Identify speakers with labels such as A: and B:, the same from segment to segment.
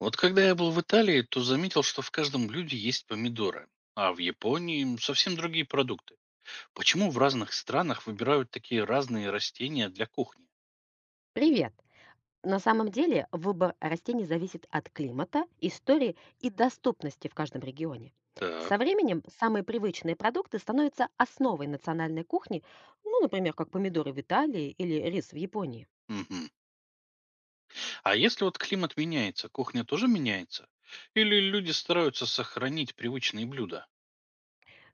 A: Вот когда я был в Италии, то заметил, что в каждом блюде есть помидоры, а в Японии совсем другие продукты. Почему в разных странах выбирают такие разные растения для кухни?
B: Привет! На самом деле выбор растений зависит от климата, истории и доступности в каждом регионе. Со
A: Так.
B: временем самые привычные продукты становятся основой национальной кухни, ну, например, как помидоры в Италии или рис в Японии.
A: Мгм. А если вот климат меняется, кухня тоже меняется? Или люди стараются сохранить привычные блюда?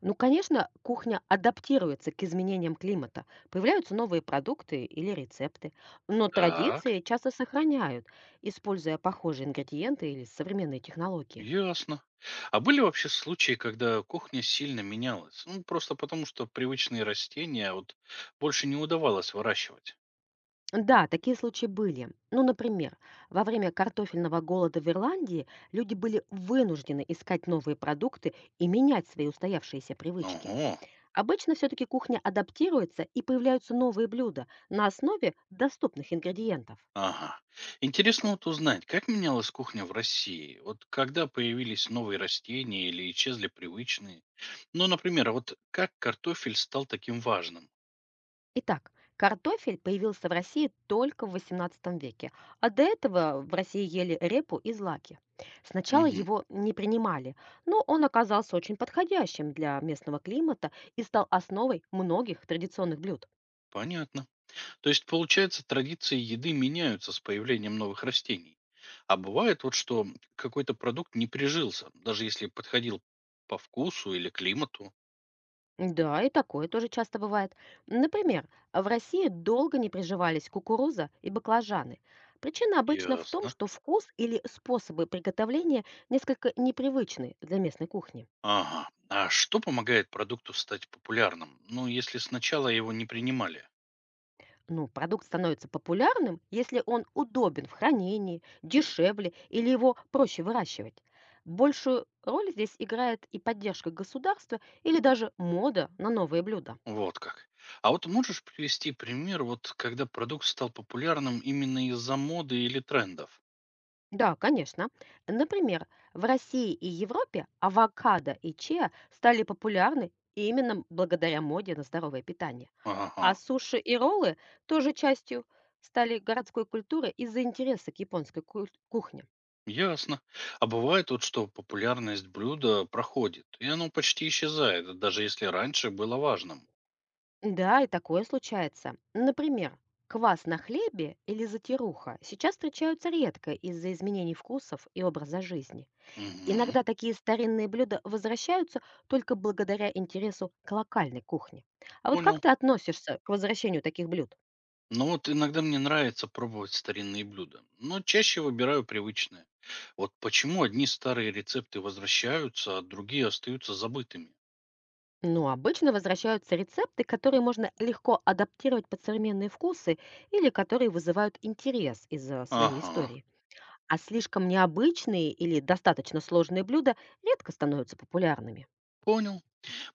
B: Ну, конечно, кухня адаптируется к изменениям климата, появляются новые продукты или рецепты, но
A: Так,
B: традиции часто сохраняют, используя похожие ингредиенты или современные технологии.
A: ясно. А были вообще случаи, когда кухня сильно менялась? Ну, просто потому что привычные растения вот больше не удавалось выращивать.
B: Да, такие случаи были. Ну, например, во время картофельного голода в Ирландии люди были вынуждены искать новые продукты и менять свои устоявшиеся привычки.
A: Ого.
B: Обычно все-таки кухня адаптируется и появляются новые блюда на основе доступных ингредиентов.
A: Ага. Интересно вот узнать, как менялась кухня в России? Вот когда появились новые растения или исчезли привычные? Ну, например, а вот как картофель стал таким важным?
B: Итак, картофель появился в России только в XVIII веке, а до этого в России ели репу и злаки. Сначала
A: Мгм.
B: его не принимали, но он оказался очень подходящим для местного климата и стал основой многих традиционных блюд.
A: Понятно. То есть, получается, традиции еды меняются с появлением новых растений. А бывает вот, что какой-то продукт не прижился, даже если подходил по вкусу или климату.
B: Да, и такое тоже часто бывает. Например, в России долго не приживались кукуруза и баклажаны. Причина обычно в том,
A: Ясно.
B: что вкус или способы приготовления несколько непривычны для местной кухни.
A: Ага. А что помогает продукту стать популярным? Ну, если сначала его не принимали.
B: Ну, продукт становится популярным, если он удобен в хранении, дешевле или его проще выращивать. Большую роль здесь играет и поддержка государства или даже мода на новые блюда.
A: Вот как. А вот можешь привести пример, вот когда продукт стал популярным именно из-за моды или трендов?
B: Да, конечно. Например, в России и Европе авокадо и чиа стали популярны именно благодаря моде на здоровое питание.
A: Ага,
B: А суши и роллы тоже частью стали городской культуры из-за интереса к японской кухне.
A: ясно. А бывает вот, что популярность блюда проходит, и оно почти исчезает, даже если раньше было важным.
B: Да, и такое случается. Например, квас на хлебе или затируха сейчас встречаются редко из-за изменений вкусов и образа жизни.
A: Мгм.
B: Иногда такие старинные блюда возвращаются только благодаря интересу к локальной кухне. А вот как
A: Понял.
B: ты относишься к возвращению таких блюд?
A: Ну вот иногда мне нравится пробовать старинные блюда, но чаще выбираю привычные. Вот почему одни старые рецепты возвращаются, а другие остаются забытыми?
B: Ну, обычно возвращаются рецепты, которые можно легко адаптировать под современные вкусы или которые вызывают интерес из-за своей
A: Ага,
B: истории. А слишком необычные или достаточно сложные блюда редко становятся популярными.
A: понял.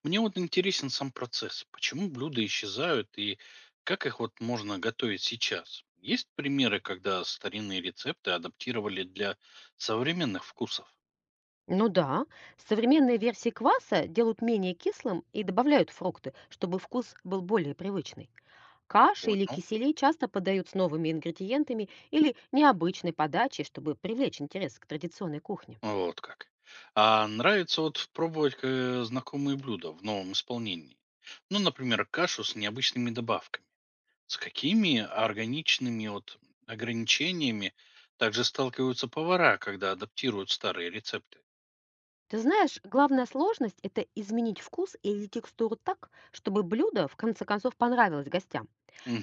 A: Мне вот интересен сам процесс. Почему блюда исчезают и как их вот можно готовить сейчас? Есть примеры, когда старинные рецепты адаптировали для современных вкусов?
B: Ну да, современные версии кваса делают менее кислым и добавляют фрукты, чтобы вкус был более привычный. Каши или
A: Понял.
B: кисели часто подают с новыми ингредиентами или необычной подачей, чтобы привлечь интерес к традиционной кухне.
A: Вот как. А нравится вот пробовать знакомые блюда в новом исполнении. Ну, например, кашу с необычными добавками. С какими органичными вот ограничениями также сталкиваются повара, когда адаптируют старые рецепты?
B: Ты знаешь, главная сложность– это изменить вкус или текстуру так, чтобы блюдо в конце концов понравилось гостям.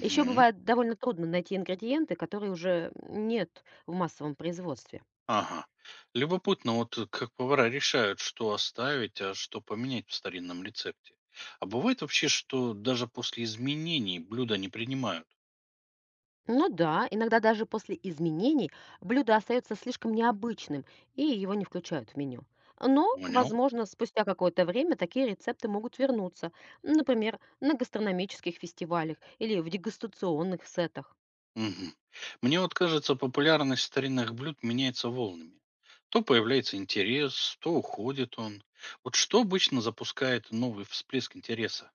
B: Еще бывает довольно трудно найти ингредиенты, которые уже нет в массовом производстве.
A: Ага. Любопытно, вот как повара решают, что оставить, а что поменять в старинном рецепте. А бывает вообще, что даже после изменений блюда не принимают?
B: Ну да, иногда даже после изменений блюдо остается слишком необычным, и его не включают в меню. Но,
A: Понял.
B: возможно, спустя какое-то время такие рецепты могут вернуться, например, на гастрономических фестивалях или в дегустационных сетах.
A: Мгм. Мне вот кажется, популярность старинных блюд меняется волнами. То появляется интерес, то уходит он. Вот что обычно запускает новый всплеск интереса?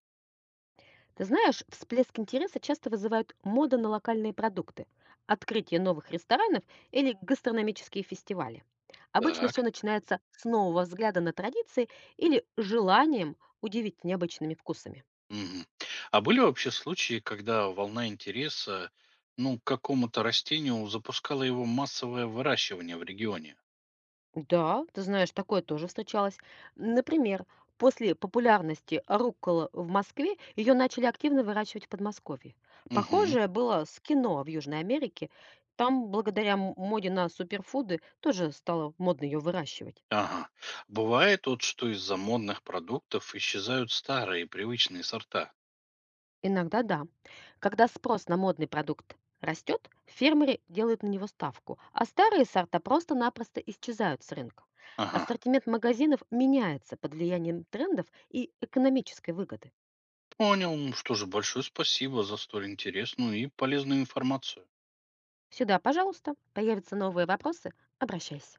B: Ты знаешь, всплеск интереса часто вызывают мода на локальные продукты, открытие новых ресторанов или гастрономические фестивали. Обычно все
A: Так.
B: начинается с нового взгляда на традиции или желанием удивить необычными вкусами.
A: Мгм. А были вообще случаи, когда волна интереса, ну, к какому-то растению запускала его массовое выращивание в регионе?
B: Да, ты знаешь, такое тоже встречалось. Например, после популярности руккола в Москве ее начали активно выращивать в Подмосковье.
A: Мгм.
B: Похожее было с кино в Южной Америке. Там, благодаря моде на суперфуды, тоже стало модно ее выращивать.
A: Ага. Бывает вот, что из-за модных продуктов исчезают старые привычные сорта.
B: Иногда да. Когда спрос на модный продукт растет, фермеры делают на него ставку, а старые сорта просто-напросто исчезают с рынка.
A: Ага.
B: Ассортимент магазинов меняется под влиянием трендов и экономической выгоды.
A: Понял. Ну, Что же, большое спасибо за столь интересную и полезную информацию.
B: Сюда, пожалуйста, появятся новые вопросы, обращайся.